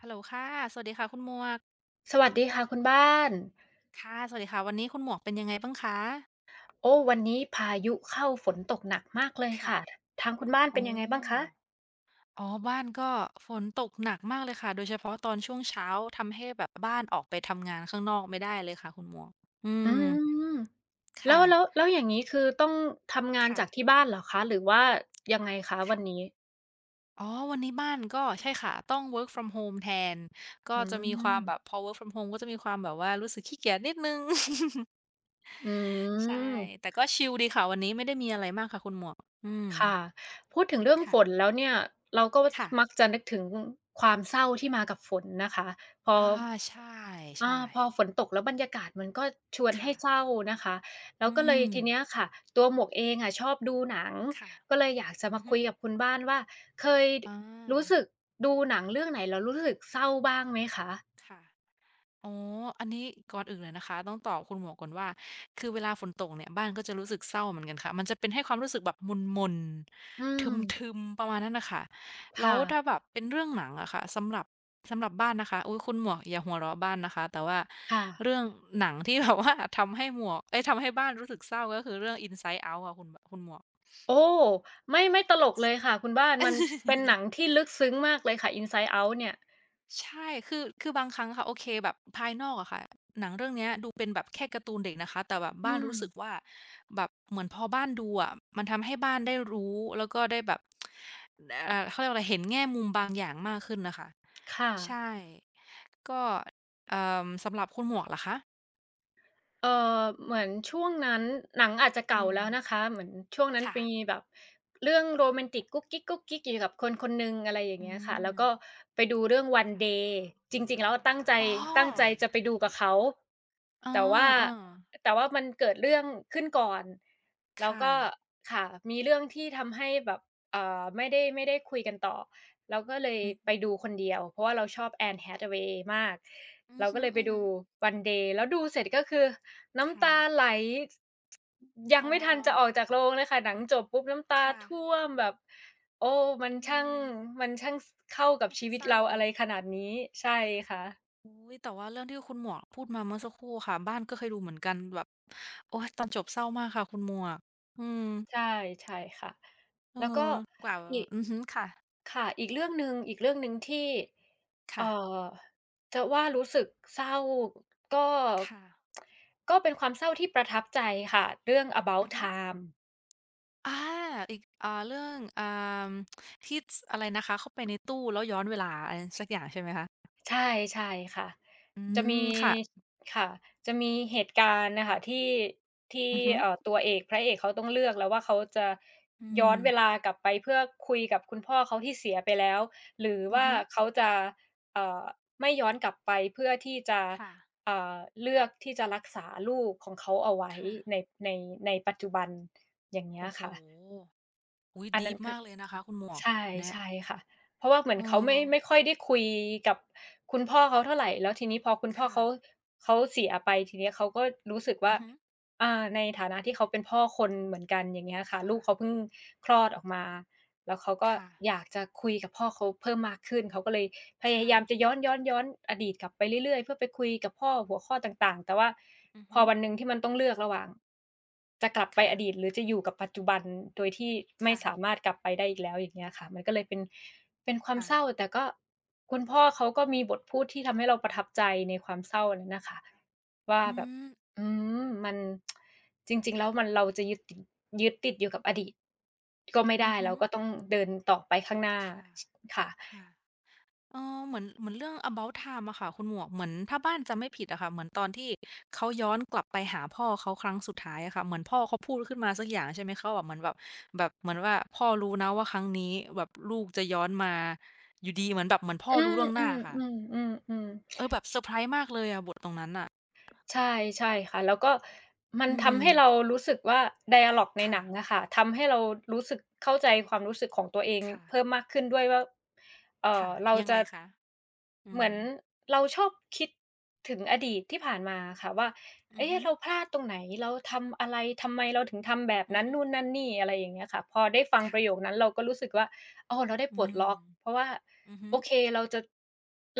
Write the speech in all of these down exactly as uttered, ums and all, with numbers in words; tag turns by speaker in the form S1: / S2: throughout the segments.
S1: ฮัลโหลค่ะสวัสดีค่ะคุณหมวก
S2: สวัสดีค่ะคุณบ้าน
S1: ค่ะสวัสดีค่ะวันนี้คุณหมวกเป็นยังไงบ้างคะ
S2: โอ้วันนี้พายุเข้าฝนตกหนักมากเลย
S1: ค่ะ
S2: ค่ะทางคุณบ้าน
S1: อ๋
S2: เป็
S1: อ
S2: นยังไงบ้างคะ
S1: อ๋อบ้านก็ฝนตกหนักมากเลยค่ะ โดยเฉพาะตอนช่วงเช้าทำให้แบบบ้านออกไปทำงานข้างนอกไม่ได้เลยค่ะคุณหมวกอื
S2: อื
S1: ม
S2: มแล้
S1: ค่ะ
S2: วแล้วแล้วอย่างงี้คือต้องทำงาน
S1: ค่ะ
S2: จากที่บ้านเหรอคะหรือว่ายังไงคะวั
S1: ค่ะ
S2: นนี้
S1: อ๋อวันนี้บ้านก็ใช่ค่ะต้อง work from home แทนก็
S2: อื
S1: จะมีความแบบ
S2: ม
S1: พอ work from home ก็จะมีความแบบว่ารู้สึกขี้เกียจนิดหนึ่ง
S2: อื
S1: ใช่
S2: ม
S1: แต่ก็ชิลดีค่ะวันนี้ไม่ได้มีอะไรมากค่ะคุณหมวกอืม
S2: ค่ะพูดถึงเรื่องฝน
S1: ค่ะ
S2: แล้วเนี่ยเราก็
S1: ค่ะ
S2: มักจะนึกถึงความเศร้าที่มากับฝนนะคะพอ
S1: อาใช่
S2: อา
S1: ใช่
S2: พอฝนตกแล้วบรรยากาศมันก็ชวนให้เศร้า
S1: ค่ะ
S2: นะคะแล้ว
S1: อื
S2: ก็เลย
S1: ม
S2: ทีเนี้ยค่ะตัวหมวกเองอะชอบดูหนัง
S1: ค่ะ
S2: ก็เลยอยากจะ
S1: อื
S2: มา
S1: อฮึ
S2: คุยกับคุณบ้านว่าเคยด
S1: อา
S2: รู้สึกดูหนังเรื่องไหนแล้วรู้สึกเศร้าบ้างไหมคะ
S1: ค่ะอ๋ออันนี้ก่อนอื่นเลยนะคะต้องตอบคุณหมวกก่อนว่าคือเวลาฝนตกเนี่ยบ้านก็จะรู้สึกเศร้าเหมือนกันค่ะมันจะเป็นให้ความรู้สึกแบบหม่น
S2: อื
S1: ๆท
S2: ม
S1: ึมๆประมาณนั้นน่ะค่ะแล้ว
S2: ค่ะ
S1: ถ้าแบบเป็นเรื่องหนังอะค่ะสำหรับสำหรับบ้านนะคะอุ๊ยคุณหมวกอย่าหัวเราะบ้านนะคะแต่ว่า
S2: ค่ะ
S1: เรื่องหนังที่แบบว่าทำให้หมวกเอ๊ยทำให้บ้านรู้สึกเศร้าก็คือเรื่อง Inside Out ค่ะคุณบคุณหมวก
S2: โอ้ไม่ไม่ตลกเลยค่ะคุณบ้านมันเป็นหนังที่ลึกซึ้งมากเลยค่ะ Inside Out เนี่ย
S1: ใช่คือคือบางครั้งค่ะ โอเคแบบภายนอกอะค่ะ หนังเรื่องเนี้ยดูเป็นแบบแค่การ์ตูนเด็กนะคะ แต่แบบ
S2: อื
S1: บ้าน
S2: ม
S1: รู้สึกว่าแบบเหมือนพอบ้านดูอะมันทำให้บ้านได้รู้แล้วก็ได้แบบเอ่อเขาเรียกว่าอะไรเห็นแง่มุมบางอย่างมากขึ้นน่ะค่ะ
S2: ค่ะ
S1: ใช่ ก็เอ่อสำหรับคุณหมวกล่ะคะ
S2: เออเหมือนช่วงนั้นหนังอาจจะ
S1: อื
S2: เก่า
S1: ม
S2: แล้วนะคะเหมือนช่วงนั้นมี
S1: ค่ะ
S2: แบบเรื่องโรแมนติกกุ๊กกิ๊กกุ๊กกิ๊กอยู่กับคนคนหนึ่งอะไรอย่าง
S1: อื
S2: เงี้ยค่ะ
S1: ม
S2: แล้วก็ไปดูเรื่องวันเด
S1: ค่ะ
S2: ย์จริงๆแล้วตั้งใจ
S1: อ๋
S2: ตั้งใจ
S1: อ
S2: จะไปดูกับเขา
S1: เอ
S2: แต่ว่า
S1: อๆ
S2: แต่ว่ามันเกิดเรื่องขึ้นก่อนแล้ว
S1: ค่ะ
S2: ก็ค่ะมีเรื่องที่ทำให้แบบเอ่อไม่ได้ไม่ได้คุยกันต่อเราก็เลย
S1: อืม
S2: ไปดูคนเดียวเพราะว่าเราชอบแอนแ h a เวย์มาก
S1: อื
S2: เราก็เลยไป
S1: อฮึ
S2: ดู
S1: ๆ
S2: วันเดย์แล้วดูเสร็จก็คือ น้ำ
S1: ค่ะ
S2: ตาไหลยัง
S1: อ๋อ
S2: ไม่ทันจะออกจากโรงเลยค่ะหนังจบปุ๊บน้ำตาท่
S1: ค่ะ
S2: วมแบบโอ้มั
S1: อื
S2: นช่าง
S1: ม
S2: มันช่างสเข้ากับชีวิต
S1: เศร้า
S2: เราอะไรขนาดนี้ใช่ค่ะ
S1: อุ๊ยแต่ว่าเรื่องที่คุณหมวกพูดมาเมื่อสักครู่ค่ะบ้านก็เคยดูเหมือนกันแบบโอ๊ยตอนจบเศร้ามากค่ะคุณหมวก อืม
S2: ใช่ใช่ค่ะ
S1: เออ
S2: แล้วก็
S1: กว่า
S2: อีก
S1: อือฮึค่ะ
S2: ค่ะอีกเรื่องหนึ่งอีกเรื่องหนึ่งที่เอ่
S1: ค่ะ
S2: อจะว่ารู้สึกเศร้าก็
S1: ค่ะ
S2: ก็เป็นความเศร้าที่ประทับใจค่ะเรื่อง
S1: อื
S2: About
S1: อฮึ
S2: Time
S1: อาอีกอ่าเรื่องอ่าที่สอะไรนะคะเข้าไปในตู้แล้วย้อนเวลาอะไรสักอย่างใช่ไหมคะ
S2: ใช่ใช่ค่ะ
S1: อื
S2: จะ
S1: ม
S2: มี
S1: ค่ะ
S2: ค่ะจะมีเหตุการณ์น่ะค่ะที่ที่
S1: อือฮึ
S2: เอ่อตัวเอกพระเอกเขาต้องเลือกแล้วว่าเขาจะ
S1: อื
S2: ย้อ
S1: ม
S2: นเวลากลับไปเพื่อคุยกับคุณพ่อเขาที่เสียไปแล้วหรือ
S1: อือ
S2: ว่า
S1: ฮึ
S2: เขาจะเอ่อไม่ย้อนกลับไปเพื่อที่จะ
S1: ค่ะ
S2: เอ่อเลือกที่จะรักษาลูกของเขาเอาไว้ใน
S1: ค่ะ
S2: ในในปัจจุบันอย่างเงี้
S1: โอ้
S2: ย
S1: โฮ
S2: ค่ะ
S1: อุ๊ย
S2: อัน
S1: ดี
S2: นั้
S1: ป
S2: นก็
S1: มากเลยนะคะคุณหมวก
S2: ใช่
S1: อันเนี้ย
S2: ใช่ค่ะเพราะว่าเหมื
S1: เอ
S2: อน
S1: อ
S2: เขาไม่ไม่ค่อยได้คุยกับคุณพ่อเขาเท่าไรแล้วทีนี้พอคุณพ่อ
S1: ค่ะ
S2: เขาเขาเสียไปทีเนี้ยเขาก็รู้สึก
S1: อื
S2: ว่า
S1: อฮึ
S2: อาในฐานะที่เขาเป็นพ่อคนเหมือนกันอย่างเงี้ยค่ะ
S1: ค่ะ
S2: ลูกเขาเพิ่งคลอดออกมาแล้วเขาก็
S1: ค่ะ
S2: อยากจะคุยกับพ่อเขาเพิ่มมากขึ้นเขาก็เลย พ
S1: ค
S2: ยายามจะ
S1: ่ะ
S2: ย้อนย้อนย้อนอดีตกลับไปเรื่อยๆเพื่อไปคุยกับพ่อหัวข้อต่างๆแต่ว่า
S1: อือ
S2: พอ
S1: ฮึ
S2: วันหนึ่งที่มันต้องเลือกระหว่างจะกลับไปอดีต
S1: ค่ะ
S2: หรือจะอยู่กับปัจจุบันโดยที่ไม่สามา
S1: ค่ะ
S2: รถกลับไปได้อีกแล้วอย่างเงี้ยค่ะมันก็เลยเป็นเป็นความ
S1: ค่ะ
S2: เศร้าแต่ก็คุณพ่อเขาก็มีบทพูดที่ทำให้เราประทับใจในความเศร้านั้นน่ะค่ะว่า
S1: อื
S2: แบบ
S1: ม
S2: อืมมันจริงๆแล้วมันเราจะยึดติดยึดติดอยู่กับอดีตก็ไม่
S1: อื
S2: ได้
S1: อฮึ
S2: เราก็ต้องเดินต่อไปข้างหน้า
S1: ค่ะ
S2: ชค่ะ
S1: ค่ะเออเหมือนเหมือนเรื่อง About Time อะค่ะคุณหมวก เหมือนถ้าบ้านจำไม่ผิดอะค่ะเหมือนตอนที่เขาย้อนกลับไปหาพ่อเขาครั้งสุดท้ายอะค่ะเหมือนพ่อเขาพูดขึ้นมาสักอย่างใช่ไหมเขาแบบเหมือนแบบแบบเหมือนว่าพ่อรู้นะว่าครั้งนี้แบบลูกจะย้อนมาอยู่ดีเหมือนแบบเหมือนพ่อ
S2: อื
S1: รู้
S2: ม
S1: ล่วงหน้าอะ
S2: ๆ
S1: ค่ะ
S2: ๆมอืมอืมอืม
S1: เออแบบเซอร์ไพรส์มากเลยอะบทตรงนั้นน่ะ
S2: ใช่ใช่ค่ะแล้วก็มัน
S1: อืม
S2: ทำให้เรารู้สึกว่าไดอ l ลอกในหนังอะ
S1: ค่ะ
S2: ค่ะทำให้เรารู้สึก เข้าใจความรู้สึกของตัวเองเพิ่ม
S1: ค่ะ
S2: มากขึ้นด้วยว่าเอ่อ
S1: ค่ะ
S2: เรา
S1: ยังไง
S2: จะ
S1: คะ อื
S2: เหมื
S1: ม
S2: อนเราชอบคิดถึงอดีตที่ผ่านมาอะค่ะว่า
S1: อือฮึ
S2: เอ๊ะเราพลาดตรงไหนเราทำอะไรทำไมเราถึงทำแบบ
S1: อือ
S2: นั้น
S1: ฮึ
S2: นู่นนั่นนี่อะไรอย่างเงี้ยค่ะพอได้ฟังประโยค
S1: ค่ะ
S2: นั้นเราก็รู้สึกว่าอ้อเราได้ป
S1: อื
S2: ลดล็
S1: ม
S2: อกเพราะว่า
S1: อือฮึ
S2: โอเคเราจะ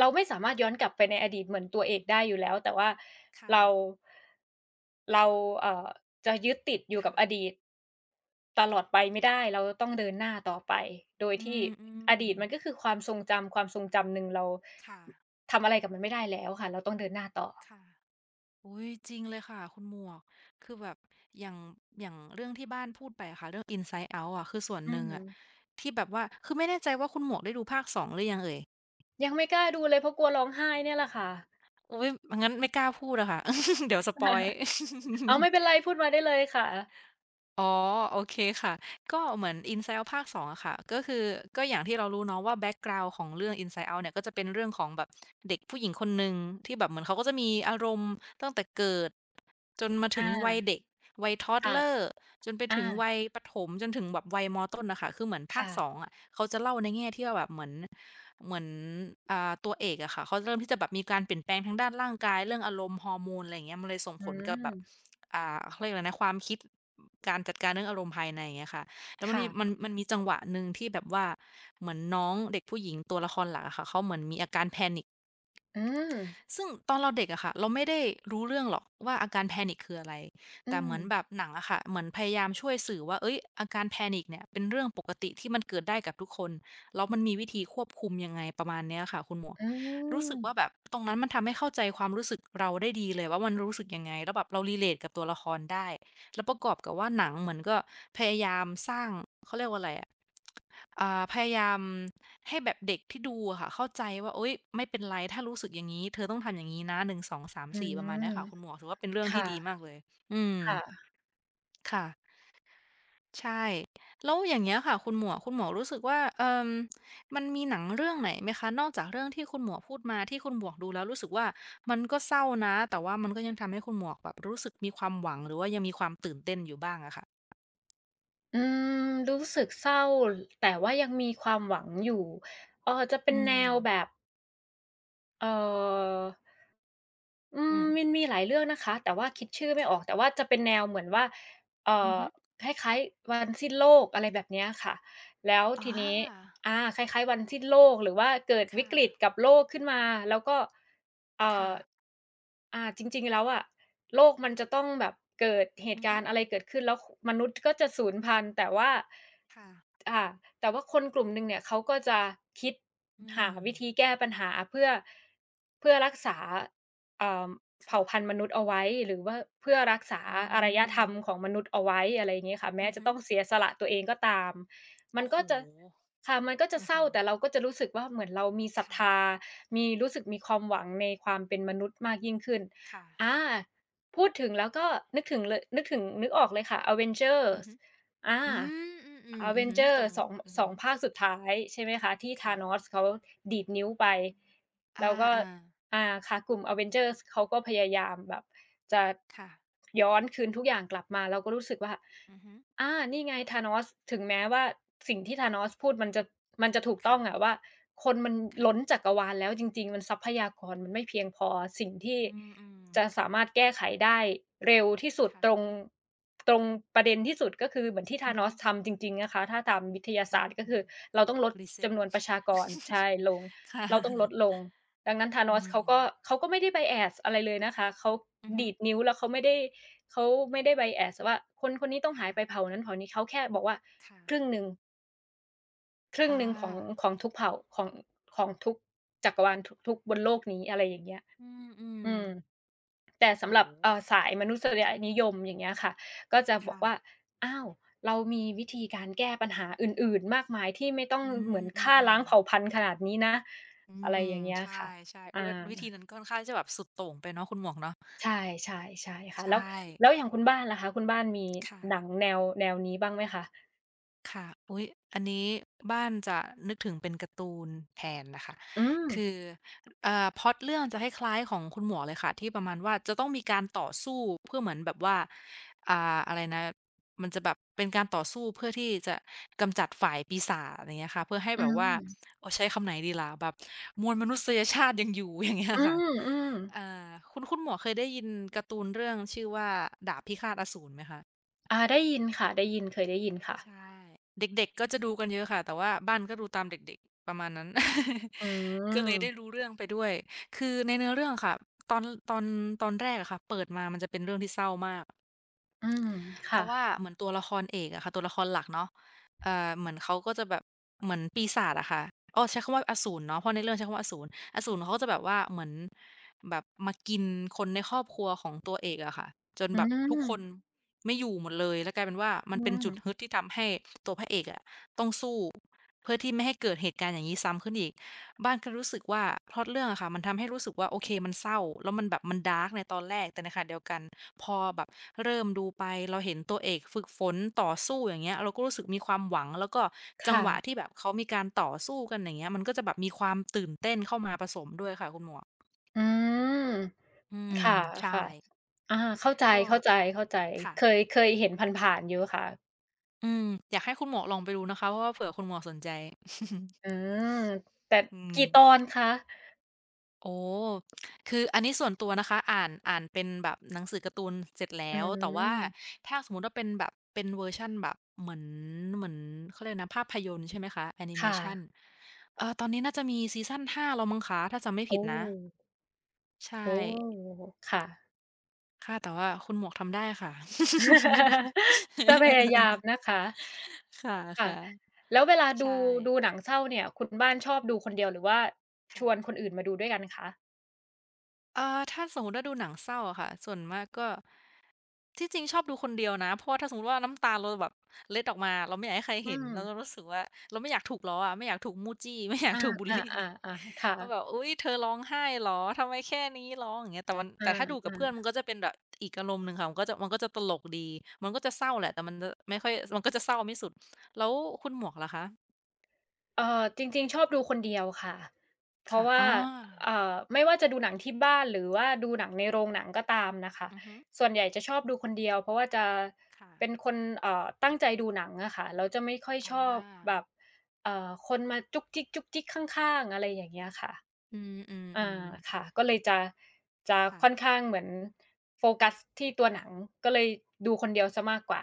S2: เราไม่สามารถย้อนกลับไปในอดีตเหมือนตัวเอกได้อยู่แล้ว แต่ว่า
S1: ค
S2: เรา
S1: ่ะ
S2: เราเอ่อจะยึดติดอยู่กั
S1: ค่ะ
S2: บอดีตตลอดไปไม่ได้เราต้องเดินหน้าต่อไปโดย
S1: อื
S2: ที่
S1: มอืม
S2: อดีตมันก็คือความทรงจำความทรงจำหนึ่งเรา
S1: ค่ะ
S2: ทำอะไรกับมันไม่ได้แล้วค่ะเราต้องเดินหน้าต่อ
S1: ค่ะอุ๊ยจริงเลยค่ะ คุณหมวก คือแบบ อย่างอย่างเรื่องที่บ้านพูดไปอะค่ะเรื่อง Inside Out อะคือส่วนห
S2: อือ
S1: นึ่ง
S2: ฮึ
S1: อะที่แบบว่า คือไม่แน่ใจว่าคุณหมวกได้ดูภาคสองหรือยังเอ่ย
S2: ยังไม่กล้าดูเลยเพราะกลัวร้องไห้เนี่ยแหละค่ะ
S1: อุ๊ยงั้นไม่กล้าพูดอะค่ะ เดี๋ยวสปอยล์
S2: อ้าวไม่เป็นไร พูดมาได้เลยค่ะ
S1: อ๋อโอเคค่ะก็เหมือน Inside Out ภาคสององอะค่ะก็คือก็อย่างที่เรารู้เนาะว่าแบ็กกราวนด์ของเรื่อง Inside Out เนี่ยก็จะเป็นเรื่องของแบบเด็กผู้หญิงคนหนึ่งที่แบบเหมือนเขาก็จะมีอารมณ์ตั้งแต่เกิดจนมาถึง
S2: อา
S1: วัยเด็กวัย
S2: ค่ะ
S1: toddler จนไป
S2: อา
S1: ถึงวัยประถมจนถึงแบบวัยมต้นน่ะค่ะคือเหมือนภาค
S2: ค่ะ
S1: สององอะเขาจะเล่าในแง่ที่ว่าแบบเหมือนเหมือนอ่าตัวเอกอะค่ะเขาเริ่มที่จะแบบมีการเปลี่ยนแปลงทางด้านร่างกายเรื่องอารมณ์ฮอร์โมนอะไรอย่างเงี้ยมันเลยส่ง
S2: อื
S1: ผลกับแบบ
S2: ม
S1: อ่าเขาเรียกอะไรนะความคิดการจัดการเรื่องอารมณ์ภายในอย่างเงี้ยค่ะแล้วมันมี
S2: ค่ะ
S1: มันมันมีจังหวะหนึ่งที่แบบว่าเหมือนน้องเด็กผู้หญิงตัวละครหลักอะค่ะเขาเหมือนมีอาการ panic
S2: อืม
S1: ซึ่งตอนเราเด็กอะค่ะเราไม่ได้รู้เรื่องหรอกว่าอาการแพนิคคืออะไร
S2: อื
S1: แต่เห
S2: ม
S1: มือนแบบหนังอะค่ะเหมือนพยายามช่วยสื่อว่าเอ้ยอาการแพนิคเนี่ยเป็นเรื่องปกติที่มันเกิดได้กับทุกคนแล้วมันมีวิธีควบคุมยังไงประมาณเนี้ยค่ะคุณหมวก
S2: อื
S1: รู้สึกว่าแบ
S2: ม
S1: บตรงนั้นมันทำให้เข้าใจความรู้สึกเราได้ดีเลยว่ามันรู้สึกยังไงแล้วแบบเรา relate กับตัวละครได้แล้วประกอบกับว่าหนังเหมือนก็พยายามสร้างเขาเรียกว่าอะไรอะ อ่าพยายามให้แบบเด็กที่ดูอะค่ะเข้าใจว่าอุยไม่เป็นไรถ้ารู้สึกอย่างงี้เธอต้องทำอย่างงี้นะหนึ่งสองสาม
S2: อื
S1: สี่ประมาณเนี้ย
S2: ม
S1: ค่ะคุณหมวกถือว่าเป็นเรื่องที่
S2: ค่ะ
S1: ดีมากเลยอืม
S2: ค่ะ
S1: ค่ะใช่แล้วอย่างเงี้ยค่ะคุณหมวกคุณหมวกรู้สึกว่าเอ่อมันมีหนังเรื่องไหนไหมคะนอกจากเรื่องที่คุณหมวกพูดมาที่คุณหมวกดูแล้วรู้สึกว่ามันก็เศร้านะแต่ว่ามันก็ยังทำให้คุณหมวกแบบรู้สึกมีความหวังหรือว่ายังมีความตื่นเต้นอยู่บ้างอะค่ะ
S2: อืม รู้สึกเศร้า แต่ว่ายังมีความหวังอยู่เอ่อจะเป็น
S1: อืม
S2: แนวแบบ เอ่อ อื
S1: อื
S2: มมัน
S1: ม
S2: มีหลายเรื่องนะคะแต่ว่าคิดชื่อไม่ออกแต่
S1: ค่ะ
S2: ว่าจะเป็นแนวเหมือนว่าเอ่
S1: อือ
S2: อ
S1: ฮึ
S2: คล้ายๆวันสิ้นโลกอะไรแบบเนี้ยค่ะแล้วที
S1: อา
S2: นี้อาคล้ายๆวันสิ้นโลกหรือว่าเกิด
S1: ค
S2: วิกฤตกั
S1: ่ะ
S2: บโลกขึ้นมาแล้วก็เอ่
S1: ค่ะ
S2: ออ่าจริงๆแล้วอะโลกมันจะต้องแบบเกิดเห
S1: อื
S2: ตุ
S1: อ
S2: กา
S1: ฮึ
S2: รณ์อะไรเกิดขึ้นแล้วคมนุษย์ก็จะสูญพันธุ์แต่ว่า
S1: ค่ะ
S2: อ่าแต่ว่าคนกลุ่มหนึ่งเนี่ยเขาก็จะคิด
S1: อื
S2: หา
S1: ม
S2: วิธีแก้ปัญหาเพื่อเพื่อรักษา เอ่อเผ่าพันธุ์
S1: ค่ะ
S2: มนุษย์เอาไว้หรือว่าเพื่อรักษา
S1: อื
S2: อารยธ
S1: ม
S2: รรมของมนุษย์เอาไว้อะไรอย่างงี้ค่ะแม้
S1: อือ
S2: จะ
S1: ฮึ
S2: ต้องเสียสละตัวเองก็ตามมัน
S1: โอ้โฮ
S2: ก็จะค่ะมันก็จะ
S1: โอ้
S2: เศ
S1: โฮ
S2: ร้าแต่เราก็จะรู้สึกว่าเหมือนเรามีศรัท
S1: ค่ะ
S2: ธามีรู้สึกมีความหวังในความเป็นมนุษย์มากยิ่งขึ้น
S1: ค่ะ
S2: อาพูดถึงแล้วก็นึกถึงเลยนึกถึงนึกออกเลยค่ะ
S1: อือ
S2: Avengers
S1: ฮึ
S2: อา
S1: อืมอืมอืออือฮึตรง
S2: Avengers ทูง
S1: อือ
S2: ส
S1: ฮึ
S2: องภาคสุดท้ายใช่ไหมคะที่
S1: ค่ะ
S2: Thanos เขาดีดนิ้วไป
S1: อ
S2: แล้วก็
S1: าๆ
S2: อาค่ะกลุ่ม Avengers เขาก็พยายามแบบจะ
S1: ค่ะ
S2: ย้อนคืนทุกอย่างกลับมาเราก็รู้สึกว่า
S1: อือฮึ
S2: อานี่ไง Thanos ถึงแม้ว่าสิ่งที่ Thanos พูดมันจะมันจะถูกต้อ
S1: ค่ะ
S2: งอะว่าคนมันล้น
S1: ค่ะ
S2: จักรวาลแล้วจริงๆมันทรัพยากรมันไม่เพียงพอสิ่งที่
S1: อื
S2: จะ
S1: ม
S2: สามารถแก้ไขได้เร็วที่สุ
S1: ๆ
S2: ด
S1: ค่ะ
S2: ตรงตรงประเด็นที่สุดก็คือเหมือนที่
S1: อือฮึ
S2: Thanos ทำจริงๆนะคะถ้าตามวิทยา
S1: อื
S2: ศาสต
S1: ม
S2: ร์ก็คือเราต้องลด
S1: รีเซ็ต
S2: จำ นวนประชากรใช่ลง
S1: ค่
S2: เราต้องลดล
S1: ะ
S2: ง ดังนั้น
S1: อื
S2: Thanos
S1: ม
S2: เขาก็เขาก็ไม่ได้ bias อะไรเลยนะคะเขา
S1: อือฮึ
S2: ดีดนิ้วแล้วเขาไม่ได้เขาไม่ได้ bias ว่าคนคนนี้ต้องหา
S1: ค่ะ
S2: ยไปเผ่านั้นเผ่านี้เขาแค่บอกว่าครึ่ง
S1: ค่ะ
S2: หนึ่งครึ่ง
S1: อา
S2: หนึ่งของของทุกเผ่าของของทุกจักรวาลทุกทุกบนโลกนี้อะไรอย่างเงี้ย
S1: อืม
S2: อืม
S1: ๆ
S2: แต่สำ
S1: โอ้
S2: หรับ
S1: โฮ
S2: เอ่อสายมนุษยนิยมอย่างเงี้ยค่ะก็จะบอก
S1: ค่ะ
S2: ว่าอ้าวเรามีวิธีการแก้ปัญหาอื่นๆมากมายที่ไม่ต้อง
S1: อื
S2: เหมือน
S1: ม
S2: ฆ่า
S1: อืม
S2: ล้างเผ่า
S1: ๆ
S2: พันธุ์ขนาดนี้นะ
S1: อืม
S2: อะไร
S1: อื
S2: อ
S1: ม
S2: ย่างเงี้ย
S1: ใช
S2: ค่ะ
S1: ่ๆอุ๊
S2: อา
S1: ยวิธีนั้นค่อนข้างจะแบบสุดโต่งไปเนาะคุณหมวกเนาะ
S2: ใช่ใช่ใช่ค่ะ
S1: ใช่
S2: แล้วแล้วอย่างคุณบ้านล่ะคะคุณบ้านมีหนัง
S1: ค่ะ
S2: แนวแนวนี้บ้างไหมคะ
S1: ค่ะอุ๊ยอันนี้บ้านจะนึกถึงเป็นการ์ตูนแทนนะคะ
S2: อืม
S1: คือเอ่อพล็อตเรื่องจะคล้ายๆของคุณหมวกเลยค่ะที่ประมาณว่าจะต้องมีการต่อสู้เพื่อเหมือนแบบว่าอ่าอะไรนะมันจะแบบเป็นการต่อสู้เพื่อที่จะกำจัดฝ่ายปีศาจอย่างเงี้ยค่ะเพื่อให้
S2: อื
S1: แบบว่า
S2: ม
S1: โอ้ใช้คำไหนดีล่ะแบบมวลมนุษยชาติยังอยู่อย่างเงี้ย
S2: อื
S1: ค่ะ
S2: มๆ
S1: อ่าคุณคุณหมวกเคยได้ยินการ์ตูนเรื่องชื่อว่าดาบพิฆาตอสูรไหมคะ
S2: อาได้ยินค่ะได้ยินเคยได้ยินค่ะ
S1: ใช่เด็กๆก็จะดูกันเยอะค่ะแต่ว่าบ้านก็ดูตามเด็กๆประมาณนั้น
S2: อื
S1: ก็เลยได้
S2: ม
S1: รู้เรื่องไปด้วยคือในเนื้อเรื่องค่ะตอนตอนตอนแรกอะค่ะเปิดมามันจะเป็นเรื่องที่เศร้ามาก
S2: อืม
S1: เพ
S2: ค่ะ
S1: ราะว่าเหมือนตัวละครเอกอะค่ะตัวละครหลักเนาะเอ่อเหมือนเขาก็จะแบบเหมือนปีศาจอะค่ะอ้อใช้คำว่าอสูรเนาะเพราะในเรื่องใช้คำว่าอสูรอสูรเขาก็จะแบบว่าเหมือนแบบมากินคนในครอบครัวของตัวเอกอะค่ะจน
S2: อื
S1: แบบทุกคน
S2: ม
S1: ไม่อยู่หมดเลยแล้วกลายเป็นว่ามัน
S2: อื
S1: เป็นจุด
S2: ม
S1: ฮึดที่ทำให้ตัวพระเอกอะต้องสู้เพื่อที่ไม่ให้เกิดเหตุการณ์อย่างงี้ซ้ำขึ้นอีก บ้านก็รู้สึกว่าพล็อตเรื่องอะค่ะมันทำให้รู้สึกว่าโอเคมันเศร้าแล้วมันแบบมันดาร์กในตอนแรกแต่ในขณะเดียวกันพอแบบเริ่มดูไปเราเห็นตัวเอกฝึกฝนต่อสู้อย่างเงี้ยเราก็รู้สึกมีความหวังแล้วก็จัง
S2: ค่ะ
S1: หวะที่แบบเขามีการต่อสู้กันอย่างเงี้ยมันก็จะแบบมีความตื่นเต้นเข้ามาผสมด้วยค่ะคุณหมวก
S2: อืม
S1: อืม
S2: ค่
S1: ใช่
S2: ะๆอาเข้าใจ
S1: ก็
S2: เข้าใจเข้าใจ
S1: ค่ะ
S2: เคยเคยเห็นผ่านๆอยู่ค่ะ
S1: อืมอยากให้คุณหมวกลองไปดูนะคะเพราะว่าเผื่อคุณหมวกสนใจ
S2: อืมแต่
S1: อืม
S2: กี่ตอนคะ
S1: โอ้ คืออันนี้ส่วนตัวนะคะอ่านอ่านเป็นแบบหนังสือการ์ตูนเสร็จแล้
S2: อื
S1: วแต่ว่า
S2: ม
S1: ถ้าสมมุติว่าเป็นแบบเป็นเวอร์ชันแบบเหมือนเหมือนเขาเรียกนะภาพยนตร์ใช่ไหมคะแอนิเม
S2: ค่ะ
S1: ชันเอ่อตอนนี้น่าจะมีซีซันห้าแล้วมั้งคะถ้าจำไม่ผิด
S2: โอ้
S1: นะใช่
S2: โอ้ค่ะ
S1: ค่ะแต่ว่าคุณหมวกทำได้ค่ะ
S2: จะพยายามนะคะ
S1: ค่ะ
S2: ค่ะ
S1: ค่ะ
S2: แล้วเวลาดู
S1: ใช่
S2: ดูหนังเศร้าเนี่ยคุณบ้านชอบดูคนเดียวหรือว่าชวนค
S1: ค่ะ
S2: นอื่นมาดูด้วยกันคะ
S1: เอ่อถ้าสมมุติว่าดูหนังเศร้าอะค่ะส่วนมากก็ที่จริงชอบดูคนเดียวนะเพราะว่าถ้าสมมุติว่าน้ำตาเราแบบเล็ดออกมาเราไม่อยากให้ใคร
S2: อื
S1: เห็น
S2: ม
S1: แล้วเรารู้สึกว่าเราไม่อยากถูกล้ออะไม่อยากถูกมู้จี้ ไม่อยาก
S2: อา
S1: ถูกบุลลี
S2: ๆๆๆ
S1: ว่าแบบ
S2: ค่ะ
S1: อุ๊ยเธอร้องไห้เหรอทำไมแค่นี้ร้องอย่างเงี้ยแต่มันแต่ถ้าดูกั
S2: อา
S1: บเพื่อนมั
S2: ๆ
S1: นก็จะเป็นแบบอีกอารมณ์หนึ่งค่ะมันก็จะมันก็จะตลกดีมันก็จะเศร้าแหละแต่มันจะไม่ค่อยมันก็จะเศร้าไม่สุดแล้วคุณหมวกล่ะคะ
S2: เอ่อจริงๆชอบดูคนเดียวค่ะเพ
S1: ค่ะ
S2: ราะว่า
S1: อา
S2: เอ่อไม่ว่าจะดูหนังที่บ้านหรือว่าดูหนังในโรงหนังก็ตามน่ะค่ะ
S1: อือฮึ
S2: ส่วนใหญ่จะชอบดูคนเดียวเพราะว่าจะ
S1: ค่ะ
S2: เป็นคนเอ่อตั้งใจดูหนังอะค่ะแล้วจะไม่ค่อยช
S1: อา
S2: อบแบบเอ่อคนมาจุ๊กจิ๊กๆข้างๆอะไรอย่างเงี้ยค่ะ
S1: อื
S2: อา
S1: มๆๆ
S2: ค่ะก็เลยจะจะค่อน
S1: ค่ะ
S2: ข้างเหมือนโฟกัสที่ตัวหนังก็เลยดูคนเดียวเสียมากกว่า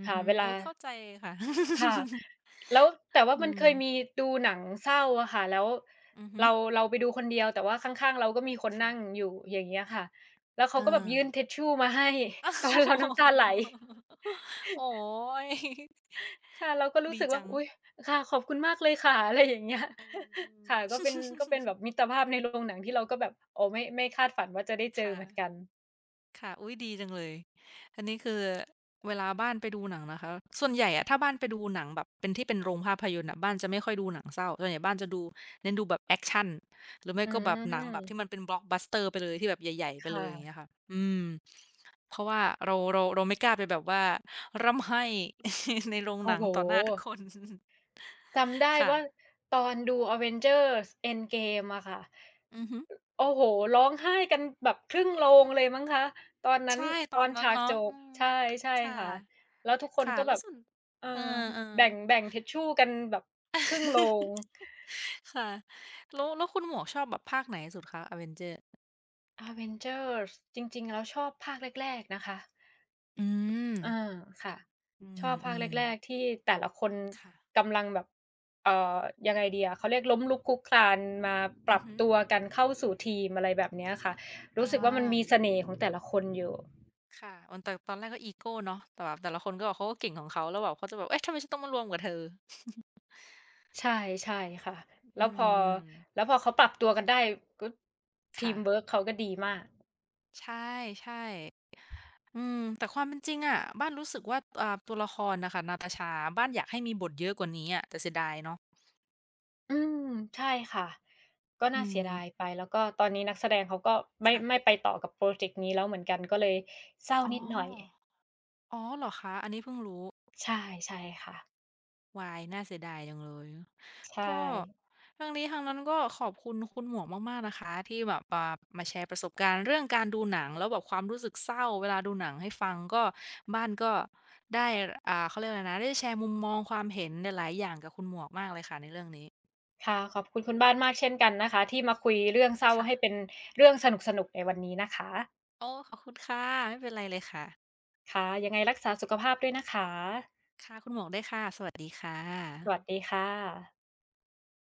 S1: อือ
S2: ค่ะ
S1: ฮึ
S2: เวลา
S1: โอ๊ยเข้าใจค่ะ
S2: ค่ะแล้วแต่ว่า
S1: อื
S2: มัน
S1: ม
S2: เคยมีดูหนังเศร้าอะค่ะแล้ว
S1: อือฮึ
S2: เราเราไปดูคนเดียวแต่ว่าข้างๆเราก็มีคนนั่ง
S1: ค่ะ
S2: อยู่อย่างเงี้ยค่ะแล้วเขา
S1: เอ
S2: ก็แบบ
S1: อ
S2: ยื่นทิชชู่มาให้ ตอนเราน้ำตาไหล
S1: โอ้โฮโอ๊ย
S2: ค่ะเราก็ รู้
S1: ดี
S2: สึก
S1: จั
S2: ว่าอุ๊ย
S1: ง
S2: ค่ะขอบคุณมากเลยค่ะอะไรอย่างเงี้ย
S1: อื
S2: ค่ะก็เป็นก็เป็นแบ
S1: ม
S2: บมิ
S1: ๆ
S2: ตรภาพในโรงหนังที่เราก็แบบโอ้ไม่ไม่คาดฝันว่าจะได้ เจ
S1: ค
S2: อเหมือนกัน
S1: ่ะ ค่ะ อุ๊ยดีจังเลย อันนี้คือเวลาบ้านไปดูหนังนะคะ ส่วนใหญ่อะถ้าบ้านไปดูหนังแบบเป็นที่เป็นโรงภาพยนตร์น่ะบ้านจะไม่ค่อยดูหนังเศร้า ส่วนใหญ่บ้านจะดูเน้นดูแบบแอกชันหรือไม่
S2: อื
S1: ก็แบบหนังแบบที่มั
S2: ม
S1: นเป็น Blockbuster ไปเลยที่แบบใหญ่ๆ
S2: ค
S1: ไปเลยอย่างเงี้
S2: ่ะ
S1: ยค่ะอืมเพราะว่าเราเราเราไม่กล้าไปแบบว่าร่ำไห้ ในโรงห
S2: โอ้
S1: นัง
S2: โฮ
S1: ต่อหน้าทุกคน
S2: จำ ได้
S1: ค่ะ
S2: ว่าตอนดู Avengers: Endgame อะค่ะ
S1: อือฮึ
S2: โอ้โฮร้องไห้กันแบบครึ่ง
S1: อื
S2: โรง
S1: ม
S2: เลยมั้งคะตอนนั้น
S1: ใช่ต
S2: ตอ
S1: อน
S2: น
S1: นั้น
S2: ฉากจ
S1: เนาะอื
S2: บ
S1: ม
S2: ใช่ใช่
S1: ค่ะ
S2: ค่ะแล้วทุกคน
S1: ค่ะ
S2: ก็
S1: แล้
S2: แบ
S1: ว
S2: บ
S1: ส่วน
S2: เออ
S1: เออ
S2: แบ่งแบ่
S1: ๆ
S2: งทิชชู่กันแบบครึ่งโรง
S1: ค่ะแล้วแล้วคุณหมวกชอบแบบภาคไหนสุดคะ เอ วี อี เอ็น จี อี อาร์
S2: Avengers จริงๆแล้วชอบภาคแรกๆนะคะ
S1: อืม
S2: เออค่ะ
S1: อื
S2: ชอบภาค
S1: ม
S2: แรกๆ
S1: ๆ
S2: ที่แต่ละคน
S1: ค่ะ
S2: กำลังแบบเอ่อยังไงดีอะเขาเรียกล้มลุกคลุกคลานมาป
S1: อื
S2: รั
S1: อ
S2: บ
S1: ฮึ
S2: ตัวกันเข้าสู่ทีมอะไรแบบเนี้ยค่ะรู้
S1: อา
S2: สึกว่ามันมีเสน่ห์ของแต่ละคนอยู่
S1: ค่ะมันแต่ตอนแรกก็อีโก้เนาะแต่แบบแต่ละคนก็แบบเขาก็เก่งของเขาแล้วแบบเขาจะแบบเอ๊ะทำไมฉันต้องมารวมกับเธอ
S2: ใช่ใช่ค่ะแล้
S1: อื
S2: วพอ
S1: ม
S2: แล้ว
S1: ๆ
S2: พอเขาปรับตัวกันได้ก็ที
S1: ค่ะ
S2: มเวิร์กเขาก็ดีมาก
S1: ใช่ๆอืมแต่ความเป็นจริงอะบ้านรู้สึกว่าอ่าตัวละครน่ะค่ะนาตาชาบ้านอยากให้มีบทเยอะกว่านี้อะแต่เสียดายเนาะ
S2: อืมใช่ค่ะก็น่า
S1: อื
S2: เสีย
S1: ม
S2: ดายไปแล้วก็ตอนนี้นักแสดงเขาก็ไม่
S1: ค่ะ
S2: ไม่ไปต่อกับพรอเจกต์นี้แล้วเหมือนกันก็เลยเศร้า
S1: อ๋อ
S2: นิดหน่อย
S1: อ๋อเหรอคะอันนี้เพิ่งรู้
S2: ใช่ใช่ค่ะ
S1: วายน่าเสียดายจังเลย
S2: ใช่
S1: ก็ทั้งนี้ทั้งนั้นก็ขอบคุณคุณหมวกมากๆนะคะที่แบบอ่ามาแชร์ประสบการณ์เรื่องการดูหนังแล้วแบบความรู้สึกเศร้าเวลาดูหนังให้ฟังก็บ้านก็ได้อ่าเขาเรียกอะไรนะได้แชร์มุมมองความเห็นหลายๆอย่างกับคุณหมวกมากเลยค่ะในเรื่องนี้
S2: ค่ะขอบคุณคุณบ้านมากเช่นกันนะคะที่มาคุยเรื่องเศร้าให้เป็
S1: ค่ะ
S2: นเรื่องสนุกๆในวันนี้นะคะ
S1: โอ้ขอบคุณค่ะไม่เป็นไรเลยค่ะ
S2: ค่ะยังไงรักษาสุขภาพด้วยนะคะ
S1: ค่ะคุณหมวกด้วยค่ะ สวัสดีค่
S2: สวัส
S1: ะ
S2: ดีค่ะ